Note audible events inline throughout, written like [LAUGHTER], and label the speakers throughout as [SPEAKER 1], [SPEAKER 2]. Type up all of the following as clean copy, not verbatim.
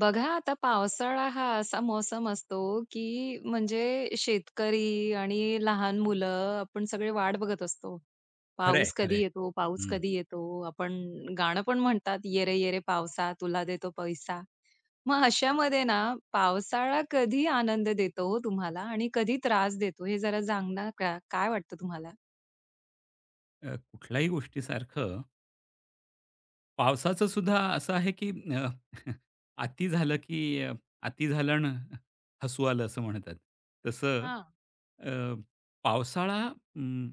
[SPEAKER 1] बघा आता पावसाळा हा असा मौसम असतो, की म्हणजे शेतकरी आणि लहान मुलं आपण सगळे वाट बघत असतो.
[SPEAKER 2] खरं आहे,
[SPEAKER 1] पाऊस
[SPEAKER 2] खरं
[SPEAKER 1] कधी
[SPEAKER 2] आहे.
[SPEAKER 1] येतो, पाऊस
[SPEAKER 2] हं.
[SPEAKER 1] कधी येतो. आपण गाणं पण म्हणतात, "ये रे ये रे पावसा तुला देतो पैसा." मग अशामध्ये ना पावसाळा कधी आनंद देतो हो तुम्हाला आणि कधी त्रास देतो हे जरा सांगणार का? काय वाटतं तुम्हाला?
[SPEAKER 2] कुठल्याही गोष्टीसारखं पावसाचं सुद्धा असं आहे, की अ, [LAUGHS] अति झालं, की "अति झालं ना हसू आलं" असं म्हणतात. तसं
[SPEAKER 1] हां.
[SPEAKER 2] अ, पावसाळा अं,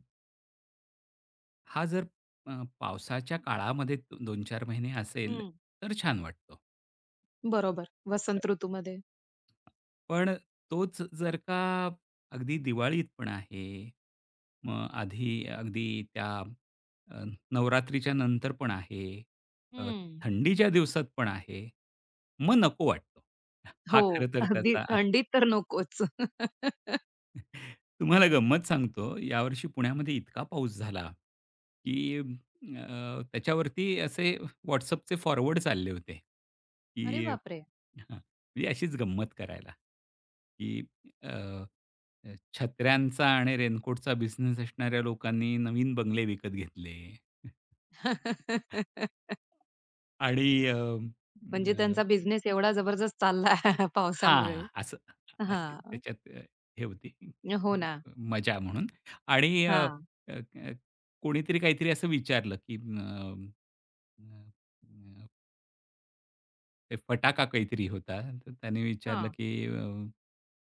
[SPEAKER 2] हा जर पावसाच्या काळामध्ये 2-4 महिने असेल,
[SPEAKER 1] हं.
[SPEAKER 2] तर छान वाटतं.
[SPEAKER 1] बरोबर. वसंत ऋतूमध्ये.
[SPEAKER 2] पण तोच जर का अगदी दिवाळीत पण आहे, मग आधी अगदी त्या अ, नवरात्रीच्या नंतर पण आहे, अ,
[SPEAKER 1] हं.
[SPEAKER 2] थंडीच्या दिवसात पण आहे, मग नको वाटतो. हा
[SPEAKER 1] हो.
[SPEAKER 2] खरं तर
[SPEAKER 1] अगदी
[SPEAKER 2] त्याचा.
[SPEAKER 1] थंडीत तर नकोच. [LAUGHS]
[SPEAKER 2] तुम्हाला गंमत सांगतो, यावर्षी पुण्यामध्ये इतका पाऊस झाला, की त्याच्यावरती असे WhatsAppचे फॉरवर्ड चालले होते,
[SPEAKER 1] अरे
[SPEAKER 2] की
[SPEAKER 1] बापरे!
[SPEAKER 2] हां, म्हणजे अशीच गंमत करायला, की अ, अ, छत्र्यांचा आणि रेनकोटचा बिझनेस असणाऱ्या लोकांनी नवीन बंगले विकत घेतले. [LAUGHS]
[SPEAKER 1] [LAUGHS]
[SPEAKER 2] आणि
[SPEAKER 1] म्हणजे त्यांचा बिझनेस एवढा जबरदस्त चालला [LAUGHS] पावसामुळे.
[SPEAKER 2] हां, असं अशी
[SPEAKER 1] हां.
[SPEAKER 2] त्याच्यात हे होती
[SPEAKER 1] हो ना.
[SPEAKER 2] मजा म्हणून आणि अ,
[SPEAKER 1] हां,
[SPEAKER 2] अ, अ, कोणीतरी काहीतरी असं विचारलं, की अ, अ, ते फटाका काहीतरी होता. तर त्याने विचारलं,
[SPEAKER 1] हां.
[SPEAKER 2] की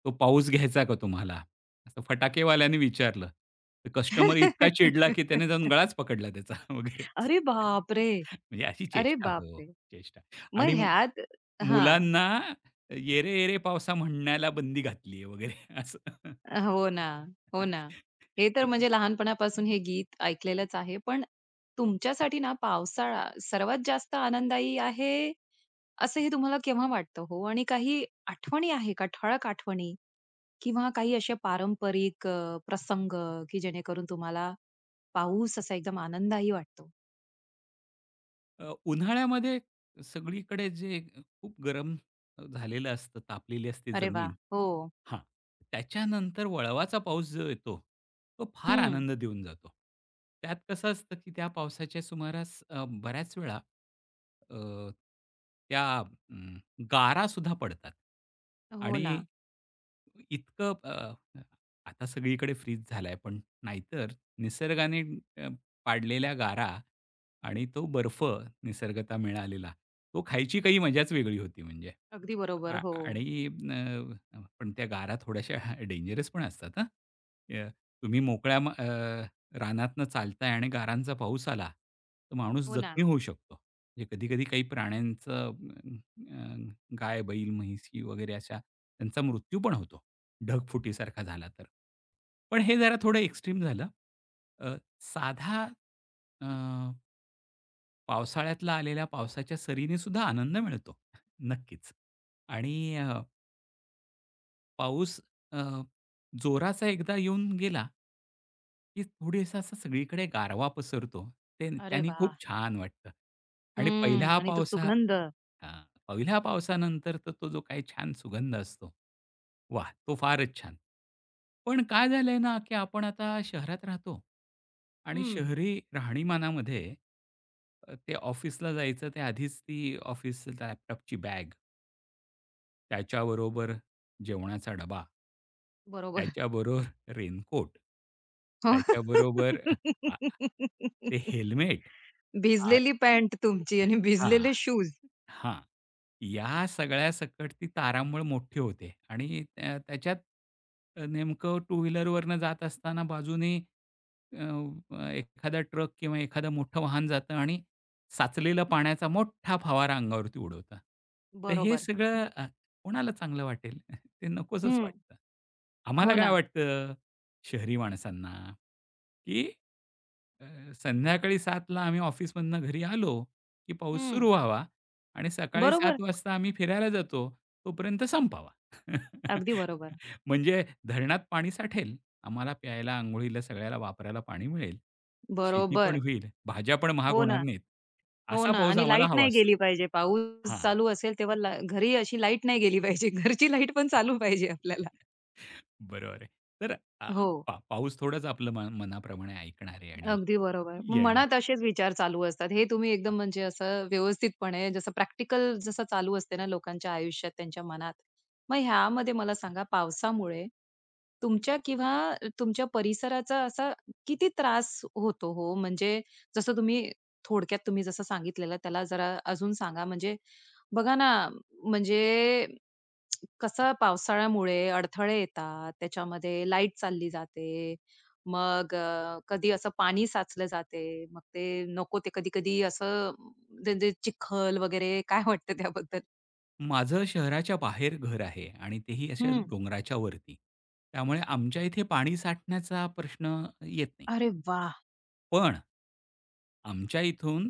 [SPEAKER 2] "तो पाऊस घ्यायचा का तुम्हाला?" असं फटाकेवाल्याने विचारलं. तर कस्टमर इतका चिडला, की त्याने
[SPEAKER 1] [LAUGHS]
[SPEAKER 2] जाऊन गळाच पकडला त्याचा [LAUGHS] वगैरे.
[SPEAKER 1] अरे बापरे!
[SPEAKER 2] म्हणजे अशी
[SPEAKER 1] अरे
[SPEAKER 2] चेष्टा हो,
[SPEAKER 1] बापरे!
[SPEAKER 2] चेष्टा.
[SPEAKER 1] मग
[SPEAKER 2] आणि
[SPEAKER 1] ह्यात हां.
[SPEAKER 2] मुलांना "येरे, येरे पावसा" म्हणण्याला बंदी घातली आहे वगैरे असं.
[SPEAKER 1] हो ना, हो ना. हे तर
[SPEAKER 2] [LAUGHS]
[SPEAKER 1] म्हणजे लहानपणापासून हे गीत ऐकलेलंच आहे. पण तुमच्यासाठी ना पावसाळा सर्वात जास्त आनंददायी आहे, असं हे तुम्हाला केव्हा वाटतं हो? आणि काही आठवणी आहे का ठळक आठवणी? किंवा काही असे पारंपरिक प्रसंग की जेणेकरून तुम्हाला पाऊस असा एकदम आनंदही वाटतो?
[SPEAKER 2] उन्हाळ्यामध्ये सगळीकडे जे खूप गरम झालेलं असतं, तापलेली असते
[SPEAKER 1] अरे वा,
[SPEAKER 2] जमीन.
[SPEAKER 1] हो.
[SPEAKER 2] हां, त्याच्यानंतर वळवाचा पाऊस जो येतो, तो फार
[SPEAKER 1] हं.
[SPEAKER 2] आनंद देऊन जातो. त्यात कसं असतं, की त्या पावसाच्या सुमारास बऱ्याच वेळा अ, त्या गारासुद्धा पडतात
[SPEAKER 1] हो ना.
[SPEAKER 2] आणि इतकं आता सगळीकडे फ्रीज झालाय, पण नाहीतर निसर्गाने अ, पाडलेल्या गारा आणि तो बर्फ निसर्गतः मिळालेला, तो खायची काही मजाच वेगळी होती म्हणजे.
[SPEAKER 1] अगदी बरोबर.
[SPEAKER 2] आ
[SPEAKER 1] हो.
[SPEAKER 2] आणि पण त्या गारा थोड्याशा डेंजरस पण असतात हां. अ, तुम्ही मोकळ्या रानातनं चालताय आणि गारांचा पाऊस आला, तर माणूस
[SPEAKER 1] हो ना.
[SPEAKER 2] जखमी होऊ शकतो. म्हणजे कधी-कधी काही प्राण्यांचं अ, गाय, बैल, म्हशी वगैरे अशा त्यांचा मृत्यू पण होतो, ढगफुटीसारखा झाला तर. पण हे जरा थोडं एक्स्ट्रीम झालं. अ, साधा पावसाळ्यातला आलेल्या पावसाच्या सरीने सुद्धा आनंद मिळतो. [LAUGHS] नक्कीच. आणि पाऊस अ, जोराचा एकदा येऊन गेला, की थोडीसा असा सगळीकडे गारवा पसरतो. ते
[SPEAKER 1] अरे
[SPEAKER 2] त्यानी खूप
[SPEAKER 1] वाह!
[SPEAKER 2] छान वाटतं. आणि पहिल्या
[SPEAKER 1] हं. आणि तो
[SPEAKER 2] पावसा.
[SPEAKER 1] सुगंध.
[SPEAKER 2] हां. पहिल्या पावसानंतर तर तो जो काही छान सुगंध असतो. वा तो फारच छान. पण काय झालंय ना, की आपण आता शहरात राहतो आणि
[SPEAKER 1] हं.
[SPEAKER 2] शहरी राहणीमानामध्ये ते ऑफिसला जायचं ते आधीच ती ऑफिस लॅपटॉपची बॅग, त्याच्याबरोबर जेवणाचा डबा,
[SPEAKER 1] बरोबर.
[SPEAKER 2] त्याच्याबरोबर रेनकोट,
[SPEAKER 1] हो.
[SPEAKER 2] त्याच्याबरोबर ते
[SPEAKER 1] [LAUGHS]
[SPEAKER 2] हेल्मेट. आ
[SPEAKER 1] भिजलेली पॅन्ट तुमची आणि
[SPEAKER 2] हां,
[SPEAKER 1] भिजलेले शूज.
[SPEAKER 2] हां. या सगळ्या सकट ती तारांबळ मोठी होते आणि त्या त्याच्यात नेमकं टू व्हीलरवरनं जात असताना बाजूने अ, अ, एखादा ट्रक किंवा एखादं मोठं वाहन जातं आणि साचलेला पाण्याचा मोठा फवारा अंगावरती उडवतात. तर हे
[SPEAKER 1] बरोबर.
[SPEAKER 2] सगळं कोणाला चांगलं वाटेल? [LAUGHS] ते नकोसच
[SPEAKER 1] हं.
[SPEAKER 2] वाटतं. आम्हाला
[SPEAKER 1] हो
[SPEAKER 2] काय
[SPEAKER 1] ना.
[SPEAKER 2] वाटतं, शहरी माणसांना, की अ, संध्याकाळी 7:00ला आम्ही ऑफिसमधनं घरी आलो, की पाऊस
[SPEAKER 1] हं.
[SPEAKER 2] सुरू व्हावा आणि सकाळी
[SPEAKER 1] बरोबर.
[SPEAKER 2] 7:00 वाजता आम्ही फिरायला जातो, तोपर्यंत संपावा.
[SPEAKER 1] अगदी
[SPEAKER 2] [LAUGHS]
[SPEAKER 1] बरोबर.
[SPEAKER 2] म्हणजे धरणात पाणी साठेल, आम्हाला प्यायला, अंघोळीला, सगळ्याला वापरायला पाणी मिळेल. शेती पण
[SPEAKER 1] बरोबर.
[SPEAKER 2] होईल, भाज्या पण महाग
[SPEAKER 1] हो
[SPEAKER 2] होणार
[SPEAKER 1] ना.
[SPEAKER 2] नाहीत.
[SPEAKER 1] हो
[SPEAKER 2] असा
[SPEAKER 1] ना
[SPEAKER 2] पाऊस
[SPEAKER 1] आणि
[SPEAKER 2] आम्हाला
[SPEAKER 1] लाईट
[SPEAKER 2] हवा
[SPEAKER 1] नाही
[SPEAKER 2] असतो.
[SPEAKER 1] गेली पाहिजे. पाऊस
[SPEAKER 2] हां,
[SPEAKER 1] चालू असेल तेव्हा ला घरी अशी लाईट नाही गेली पाहिजे. [LAUGHS] घरची लाईट पण चालू पाहिजे आपल्याला.
[SPEAKER 2] बरोबर आहे. तर अ,
[SPEAKER 1] हो.
[SPEAKER 2] पाऊस थोडंच आपलं मन मनाप्रमाणे ऐकणार आहे आणि
[SPEAKER 1] अगदी बरोबर. मग
[SPEAKER 2] येणार
[SPEAKER 1] मनात
[SPEAKER 2] आहे.
[SPEAKER 1] असेच विचार चालू असतात. हे तुम्ही एकदम म्हणजे असं व्यवस्थितपणे जसं प्रॅक्टिकल जसं चालू असते ना लोकांच्या आयुष्यात, त्यांच्या मनात. मग ह्यामध्ये मला सांगा पावसामुळे तुमच्या किंवा तुमच्या परिसराचा असा किती त्रास होतो हो? म्हणजे जसं तुम्ही थोडक्यात तुम्ही जसं सांगितलेलं त्याला जरा अजून सांगा. म्हणजे बघा ना, म्हणजे कसं पावसाळ्यामुळे अडथळे येतात, त्याच्यामध्ये लाईट चालली जाते, मग कधी असं पाणी साचलं जाते. मग ते नको ते कधी-कधी असं ते ते चिखल वगैरे काय वाटतं त्याबद्दल?
[SPEAKER 2] माझं शहराच्या बाहेर घर आहे आणि तेही अशा
[SPEAKER 1] हं.
[SPEAKER 2] डोंगराच्या वरती. त्यामुळे आमच्या इथे पाणी साठण्याचा प्रश्न येत नाही.
[SPEAKER 1] अरे वाह!
[SPEAKER 2] पण आमच्या इथून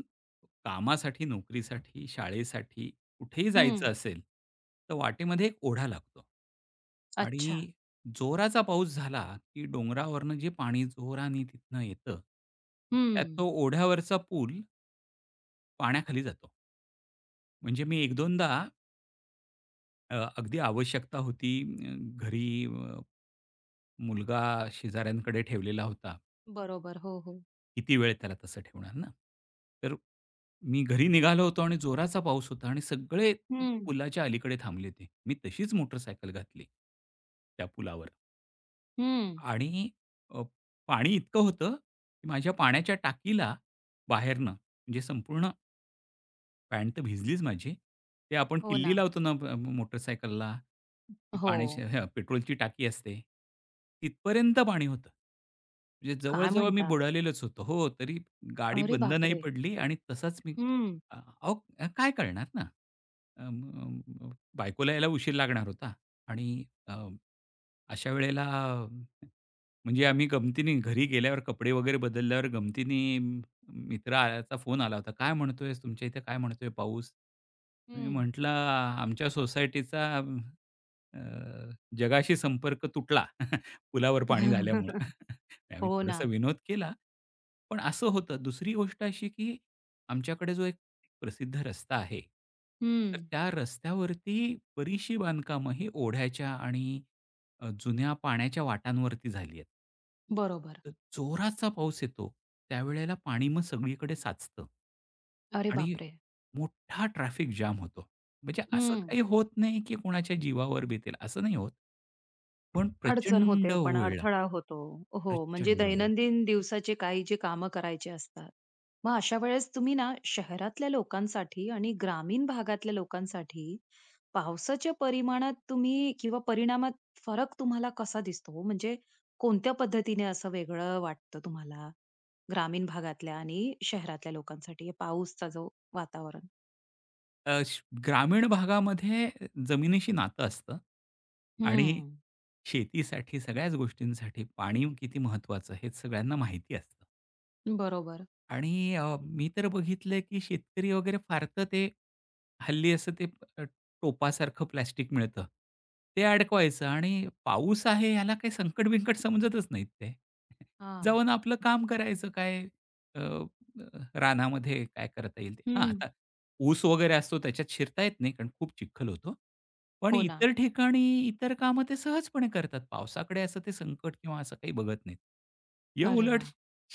[SPEAKER 2] कामासाठी, नोकरीसाठी, शाळेसाठी कुठेही
[SPEAKER 1] हं.
[SPEAKER 2] जायचं असेल, तर वाटेमध्ये एक ओढा लागतो.
[SPEAKER 1] अच्छा.
[SPEAKER 2] आणि जोराचा पाऊस झाला, की डोंगरावरनं जे पाणी जोराने तिथनं येतं,
[SPEAKER 1] हं.
[SPEAKER 2] त्यात तो ओढ्यावरचा पूल पाण्याखाली जातो. म्हणजे मी 1-2दा अगदी आवश्यकता होती. अ, घरी मुलगा शेजाऱ्यांकडे ठेवलेला होता.
[SPEAKER 1] बरोबर. हो, हो.
[SPEAKER 2] किती वेळ त्याला तसं ठेवणार ना? तर मी घरी निघालो होतो आणि जोराचा पाऊस होता आणि सगळे
[SPEAKER 1] हं.
[SPEAKER 2] पुलाच्या अलीकडे थांबले होते. मी तशीच मोटरसायकल घातली त्या पुलावर
[SPEAKER 1] हं.
[SPEAKER 2] आणि अ, पाणी इतकं होतं, की माझ्या पाण्याच्या टाकीला बाहेरनं म्हणजे संपूर्ण पॅन्ट तर भिजलीच माझी. ते आपण
[SPEAKER 1] हो
[SPEAKER 2] किल्ली
[SPEAKER 1] ना.
[SPEAKER 2] लावतो ना मोटरसायकलला, ती
[SPEAKER 1] हो.
[SPEAKER 2] पाण्याची हं, पेट्रोलची टाकी असते. तिथपर्यंत पाणी होतं. म्हणजे
[SPEAKER 1] काय
[SPEAKER 2] जवळ मी
[SPEAKER 1] म्हणता?
[SPEAKER 2] बुडालेलोच होतो. हो, तरी गाडी
[SPEAKER 1] अरे
[SPEAKER 2] बंद नाही
[SPEAKER 1] बापरे!
[SPEAKER 2] पडली आणि तसाच मी
[SPEAKER 1] हं.
[SPEAKER 2] अ, अहो काय करणार ना? अ, म म- बायकोला यायला उशीर लागणार होता आणि अशा वेळेला म्हणजे आम्ही गमतीने घरी गेल्यावर कपडे वगैरे बदलल्यावर गमतीने मित्राचा फोन आला होता. "काय म्हणतोयस? तुमच्या इथे काय म्हणतोय पाऊस?" मी
[SPEAKER 1] हं.
[SPEAKER 2] म्हटलं, "आमच्या सोसायटीचा अ, जगाशी संपर्क तुटला [LAUGHS] पुलावर पाणी झाल्यामुळं."
[SPEAKER 1] [LAUGHS]
[SPEAKER 2] [LAUGHS] आम्ही
[SPEAKER 1] हो ना.
[SPEAKER 2] थोडासा विनोद केला. पण असं होतं. दुसरी गोष्ट अशी, की आमच्याकडे जो एक प्रसिद्ध रस्ता आहे, तर
[SPEAKER 1] हं.
[SPEAKER 2] त्या रस्त्यावरती बरीचशी बांधकामं ही ओढ्याच्या आणि जुन्या पाण्याच्या वाटांवरती झाली आहेत.
[SPEAKER 1] बरोबर.
[SPEAKER 2] तर जोराचा पाऊस येतो, त्यावेळेला पाणी मग सगळीकडे साचतं.
[SPEAKER 1] अरे
[SPEAKER 2] आणि
[SPEAKER 1] बापरे!
[SPEAKER 2] मोठा ट्रॅफिक जाम होतो. म्हणजे असं
[SPEAKER 1] हं.
[SPEAKER 2] काही होत नाही, की कोणाच्या जीवावर बेतेल असं नाही होत. पण
[SPEAKER 1] अडचण
[SPEAKER 2] प्रचंड
[SPEAKER 1] होते, पण
[SPEAKER 2] वेळ लागतो,
[SPEAKER 1] अडथळा होतो. हो, म्हणजे
[SPEAKER 2] प्रचंड वेळ.
[SPEAKER 1] दैनंदिन दिवसाचे काही जे कामं करायचे असतात. मग अशा वेळेस तुम्ही ना शहरातल्या लोकांसाठी आणि ग्रामीण भागातल्या लोकांसाठी पावसाच्या परिमाणात तुम्ही किंवा परिणामात फरक तुम्हाला कसा दिसतो? हो? म्हणजे कोणत्या पद्धतीने असं वेगळं वाटतं तुम्हाला? ग्रामीण भागातल्या आणि शहरातल्या लोकांसाठी हे पाऊसचा जो वातावरण?
[SPEAKER 2] अ, श ग्रामीण भागामध्ये जमिनीशी नातं असतं आणि
[SPEAKER 1] हं,
[SPEAKER 2] शेतीसाठी सगळ्याच गोष्टींसाठी पाणी किती महत्त्वाचं हे सगळ्यांना माहिती असतं.
[SPEAKER 1] बरोबर.
[SPEAKER 2] आणि मी तर बघितलंय, की शेतकरी वगैरे फारतं ते हल्ली असं ते अ, टोपासारखं प्लास्टिक मिळतं. ते अडकवायचं आणि पाऊस आहे ह्याला काही संकट-बिंकट समजतच नाहीत ते. [LAUGHS]
[SPEAKER 1] हां.
[SPEAKER 2] जाऊन आपलं काम करायचं काय अ, अ, रानामध्ये काय करता येईल ते. हां,
[SPEAKER 1] हं.
[SPEAKER 2] आता ऊस वगैरे असतो त्याच्यात शिरता येत नाही कारण खूप चिखल होतो. पण
[SPEAKER 1] हो ना.
[SPEAKER 2] इतर ठिकाणी इतर कामं ते सहजपणे करतात. पावसाकडे असं ते संकट किंवा असं काही बघत नाहीत. या
[SPEAKER 1] अरे
[SPEAKER 2] उलट
[SPEAKER 1] वाह!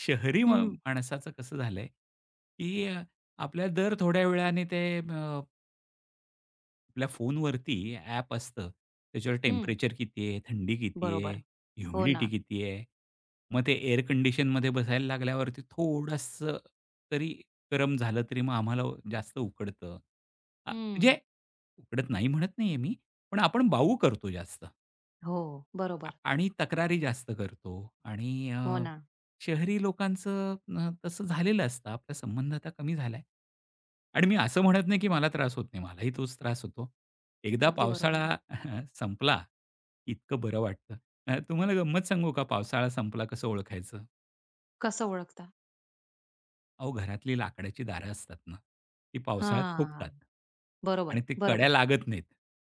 [SPEAKER 2] शहरी
[SPEAKER 1] हं,
[SPEAKER 2] माणसाचं कसं झालंय, की आपल्याला दर थोड्या वेळाने ते आपल्या फोनवरती ॲप असतं. त्याच्यावर
[SPEAKER 1] हं.
[SPEAKER 2] टेम्परेचर किती आहे, थंडी किती आहे,
[SPEAKER 1] बरोबर. हो
[SPEAKER 2] ह्युमिडिटी
[SPEAKER 1] ना.
[SPEAKER 2] किती आहे. मग ते एअर कंडिशनमध्ये बसायला लागल्यावरती थोडंसं तरी गरम झालं तरी मग आम्हाला जास्त उकडतं.
[SPEAKER 1] हं.
[SPEAKER 2] म्हणजे उकडत नाही म्हणत नाहीये मी, पण आपण बाऊ करतो जास्त.
[SPEAKER 1] हो, बरोबर.
[SPEAKER 2] आणि तक्रारी जास्त करतो आणि
[SPEAKER 1] हो ना.
[SPEAKER 2] शहरी लोकांचं तसं झालेलं असतं. आपला संबंध आता कमी झाला आहे. आणि मी असं म्हणत नाही, की मला त्रास होत नाही. मलाही तोच त्रास होतो. एकदा
[SPEAKER 1] अगदी बरोबर.
[SPEAKER 2] पावसाळा [LAUGHS] संपला, इतकं बरं वाटतं. तुम्हाला गंमत सांगू का पावसाळा संपला कसं ओळखायचं?
[SPEAKER 1] कसं ओळखता?
[SPEAKER 2] अहो, घरातली लाकडाची दारं असतात ना, ती पावसाळ्यात
[SPEAKER 1] हां.
[SPEAKER 2] फुगतात आणि
[SPEAKER 1] बरोबर,
[SPEAKER 2] ते कड्या
[SPEAKER 1] बरोबर.
[SPEAKER 2] लागत नाहीत.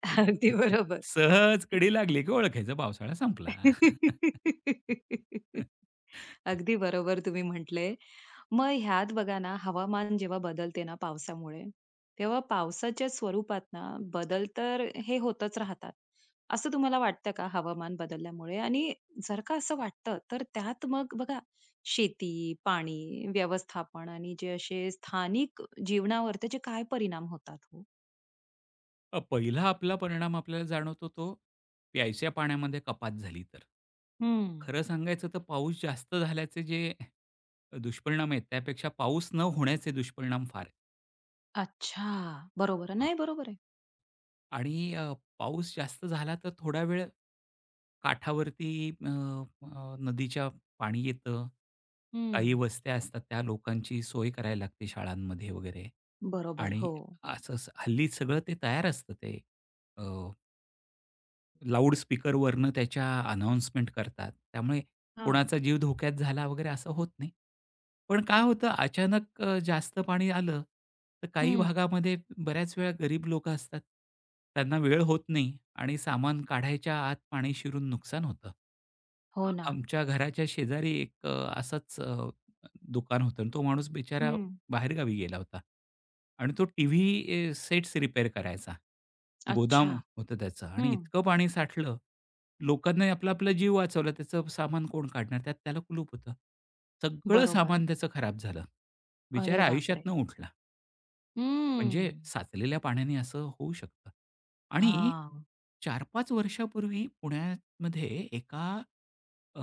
[SPEAKER 1] [LAUGHS] अगदी
[SPEAKER 2] [LAUGHS]
[SPEAKER 1] बरोबर.
[SPEAKER 2] सहज कडी लागली की ओळखायचं पावसाळा संपला.
[SPEAKER 1] [LAUGHS]
[SPEAKER 2] [LAUGHS]
[SPEAKER 1] अगदी बरोबर तुम्ही म्हटले. मग ह्यात बघा ना, हवामान जेव्हा बदलते ना पावसामुळे, तेव्हा पावसाच्या स्वरूपात ना बदल तर हे होतच राहतात. असं तुम्हाला वाटतं का हवामान बदलल्यामुळे? आणि जर का असं वाटतं, तर त्यात मग बघा शेती, पाणी व्यवस्थापन आणि जे असे स्थानिक जीवनावर त्याचे काय परिणाम होतात हो?
[SPEAKER 2] पहिला आपला परिणाम आपल्याला जाणवतो तो प्यायच्या पाण्यामध्ये कपात झाली तर.
[SPEAKER 1] हं.
[SPEAKER 2] खरं सांगायचं तर पाऊस जास्त झाल्याचे जे दुष्परिणाम आहेत, त्यापेक्षा पाऊस न होण्याचे दुष्परिणाम फार आहेत.
[SPEAKER 1] अच्छा. बरोबर.
[SPEAKER 2] अ,
[SPEAKER 1] नाही बरोबर आहे.
[SPEAKER 2] आणि पाऊस जास्त झाला तर थोडा वेळ काठावरती अ, अ, नदीच्या पाणी येतं. काही
[SPEAKER 1] हं.
[SPEAKER 2] वस्त्या असतात त्या लोकांची सोय करायला लागते शाळांमध्ये वगैरे
[SPEAKER 1] बरोबर.
[SPEAKER 2] आणि
[SPEAKER 1] हो.
[SPEAKER 2] असं हल्ली सगळं ते तयार असतं ते लाउड स्पीकरवरनं त्याच्या अनाउन्समेंट करतात. त्यामुळे
[SPEAKER 1] हां.
[SPEAKER 2] कोणाचा जीव धोक्यात झाला वगैरे असं होत नाही. पण काय होतं अचानक जास्त पाणी आलं, तर काही
[SPEAKER 1] हं.
[SPEAKER 2] भागामध्ये बऱ्याच वेळा गरीब लोकं असतात. त्यांना वेळ होत नाही आणि सामान काढायच्या आत पाणी शिरून नुकसान होतं.
[SPEAKER 1] हो ना.
[SPEAKER 2] आमच्या घराच्या शेजारी एक असंच दुकान होतं आणि तो माणूस बिचारा
[SPEAKER 1] हं.
[SPEAKER 2] बाहेरगावी गेला होता. आणि तो टीव्ही सेट्स रिपेअर करायचा.
[SPEAKER 1] अच्छा.
[SPEAKER 2] गोदाम होतं त्याचं आणि
[SPEAKER 1] हं.
[SPEAKER 2] इतकं पाणी साठलं, लोकांनी आपला-आपला जीव वाचवला. त्याचं सामान कोण काढणार? त्यात त्याला कुलूप होतं. सगळं
[SPEAKER 1] बरोबर.
[SPEAKER 2] सामान त्याचं खराब झालं.
[SPEAKER 1] अरे
[SPEAKER 2] बिचारा
[SPEAKER 1] बापरे!
[SPEAKER 2] आयुष्यातनं उठला.
[SPEAKER 1] हं.
[SPEAKER 2] म्हणजे साचलेल्या पाण्याने असं होऊ शकतं. आणि
[SPEAKER 1] हां.
[SPEAKER 2] 4-5 वर्षापूर्वी पुण्यामध्ये एका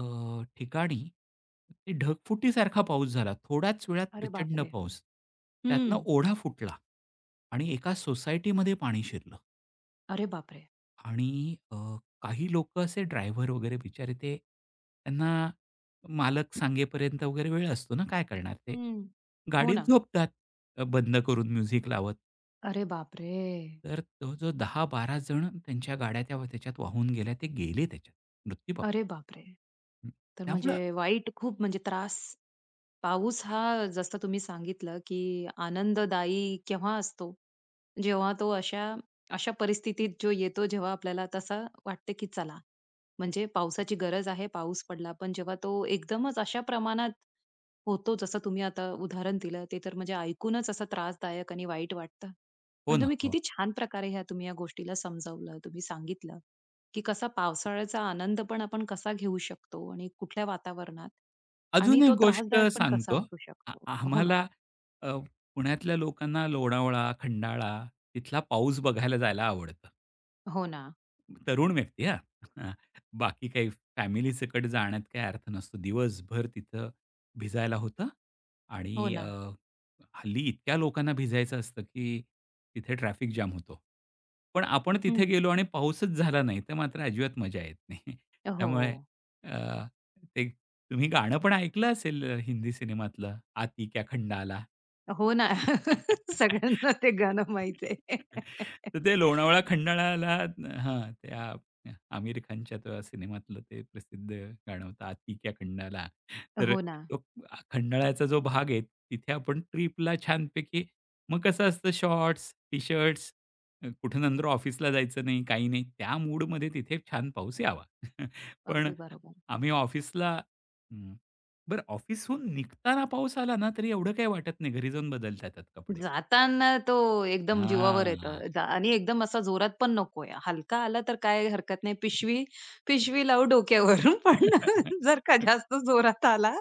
[SPEAKER 2] ठिकाणी ते ढगफुटीसारखा पाऊस झाला. थोड्याच वेळात
[SPEAKER 1] अरे
[SPEAKER 2] प्रचंड
[SPEAKER 1] बापरे!
[SPEAKER 2] पाऊस. त्यातनं
[SPEAKER 1] हं.
[SPEAKER 2] ओढा फुटला आणि एका सोसायटीमध्ये पाणी शिरलं
[SPEAKER 1] अरे बापरे!
[SPEAKER 2] आणि काही लोकं असे ड्रायव्हर वगैरे बिचारे ते त्यांना मालक सांगेपर्यंत वगैरे वेळ असतो ना, काय करणार ते.
[SPEAKER 1] हं. हो
[SPEAKER 2] गाडीत
[SPEAKER 1] ना.
[SPEAKER 2] झोपतात बंद करून म्युझिक लावत.
[SPEAKER 1] अरे बापरे!
[SPEAKER 2] तर तो जो 10-12 जण त्यांच्या गाड्या त्या त्याच्यात वाहून गेल्या, ते गेले त्याच्यात, मृत्यू पावले.
[SPEAKER 1] अरे बापरे! तर म्हणजे
[SPEAKER 2] त्यामुळं
[SPEAKER 1] वाईट खूप म्हणजे त्रास पाऊस हा जसं तुम्ही सांगितलं, की आनंददायी केव्हा असतो? जेव्हा तो अशा अशा परिस्थितीत जो येतो, जेव्हा आपल्याला तसा वाटते की चला, म्हणजे पावसाची गरज आहे, पाऊस पडला. पण जेव्हा तो एकदमच अशा प्रमाणात होतो, जसं तुम्ही आता उदाहरण दिलं, ते तर म्हणजे ऐकूनच असं त्रासदायक आणि वाईट वाटतं.
[SPEAKER 2] हो
[SPEAKER 1] पण
[SPEAKER 2] ना,
[SPEAKER 1] तुम्ही
[SPEAKER 2] हो.
[SPEAKER 1] किती छान प्रकारे ह्या तुम्ही या गोष्टीला समजावलं, तुम्ही सांगितलं. की कसा पावसाळ्याचा आनंद पण आपण कसा घेऊ शकतो आणि कुठल्या वातावरणात आणि
[SPEAKER 2] अजून एक
[SPEAKER 1] तो
[SPEAKER 2] गोष्ट
[SPEAKER 1] त्रासदायक पण कसा
[SPEAKER 2] सांगतो.
[SPEAKER 1] असू शकतो. हो ना,
[SPEAKER 2] आम्हाला अ, पुण्यातल्या लोकांना लोणावळा, खंडाळा तिथला पाऊस बघायला जायला आवडतं.
[SPEAKER 1] हो ना,
[SPEAKER 2] तरुण व्यक्ती हां. हां. बाकी काही फॅमिली सकट जाण्यात काही अर्थ नसतो. दिवसभर तिथं भिजायला होतं
[SPEAKER 1] हो
[SPEAKER 2] आणि
[SPEAKER 1] ना.
[SPEAKER 2] हल्ली इतक्या लोकांना भिजायचं असतं, की तिथे ट्रॅफिक जाम होतो. पण आपण तिथे
[SPEAKER 1] हं.
[SPEAKER 2] गेलो आणि पाऊसच झाला नाही, तर मात्र अजिबात मजा येत नाही. [LAUGHS]
[SPEAKER 1] हो.
[SPEAKER 2] त्यामुळे ते तुम्ही गाणं पण ऐकलं असेल हिंदी सिनेमातलं, "आती क्या खंडाला."
[SPEAKER 1] हो ना. [LAUGHS] सगळ्यांना ते गाणं माहीत आहे. [LAUGHS]
[SPEAKER 2] तर ते लोणावळा खंडाळाला हां, त्या आमिर खानच्या त्या सिनेमातलं ते प्रसिद्ध गाणं होतं, "आती क्या खंडाला." तर
[SPEAKER 1] हो ना.
[SPEAKER 2] तो खंडाळ्याचा जो भाग आहे, तिथे आपण ट्रिपला छानपैकी मग कसं असतं शॉर्ट्स, टी-शर्ट्स कुठं नंतर ऑफिसला जायचं नाही, काही नाही. त्या मूडमध्ये तिथे छान पाऊस यावा. [LAUGHS] पण
[SPEAKER 1] अगदी बरोबर.
[SPEAKER 2] आम्ही ऑफिसला हं. बरं ऑफिसहून निघताना पाऊस आला ना, तरी एवढं काही वाटत नाही. घरी जाऊन बदलता येतात कपडे.
[SPEAKER 1] जाताना तो एकदम जीवावर येतं
[SPEAKER 2] हां.
[SPEAKER 1] जा आणि एकदम असा जोरात पण नकोय. हलका आला तर काय हरकत नाही. पिशवी पिशवी लावू डोक्यावर. [LAUGHS] पण जर का
[SPEAKER 2] [LAUGHS]
[SPEAKER 1] जास्त जोरात आला,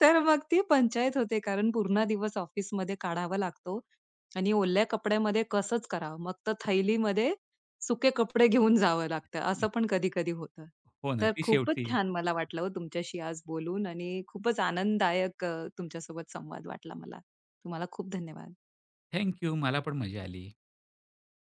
[SPEAKER 1] तर मग ती पंचायत होते. कारण पूर्ण दिवस ऑफिसमध्ये काढावा लागतो आणि ओल्या कपड्यामध्ये कसंच करावं. मग तर थैलीमध्ये सुके कपडे घेऊन जावं लागतं. असं पण कधी-कधी होतं.
[SPEAKER 2] हो ना.
[SPEAKER 1] तर
[SPEAKER 2] ती
[SPEAKER 1] खूपच
[SPEAKER 2] शेवटी
[SPEAKER 1] छान मला वाटलं हो तुमच्याशी आज बोलून आणि खूपच आनंददायक तुमच्यासोबत संवाद वाटला मला. तुम्हाला खूप धन्यवाद.
[SPEAKER 2] Thank you. मला पण मजा आली.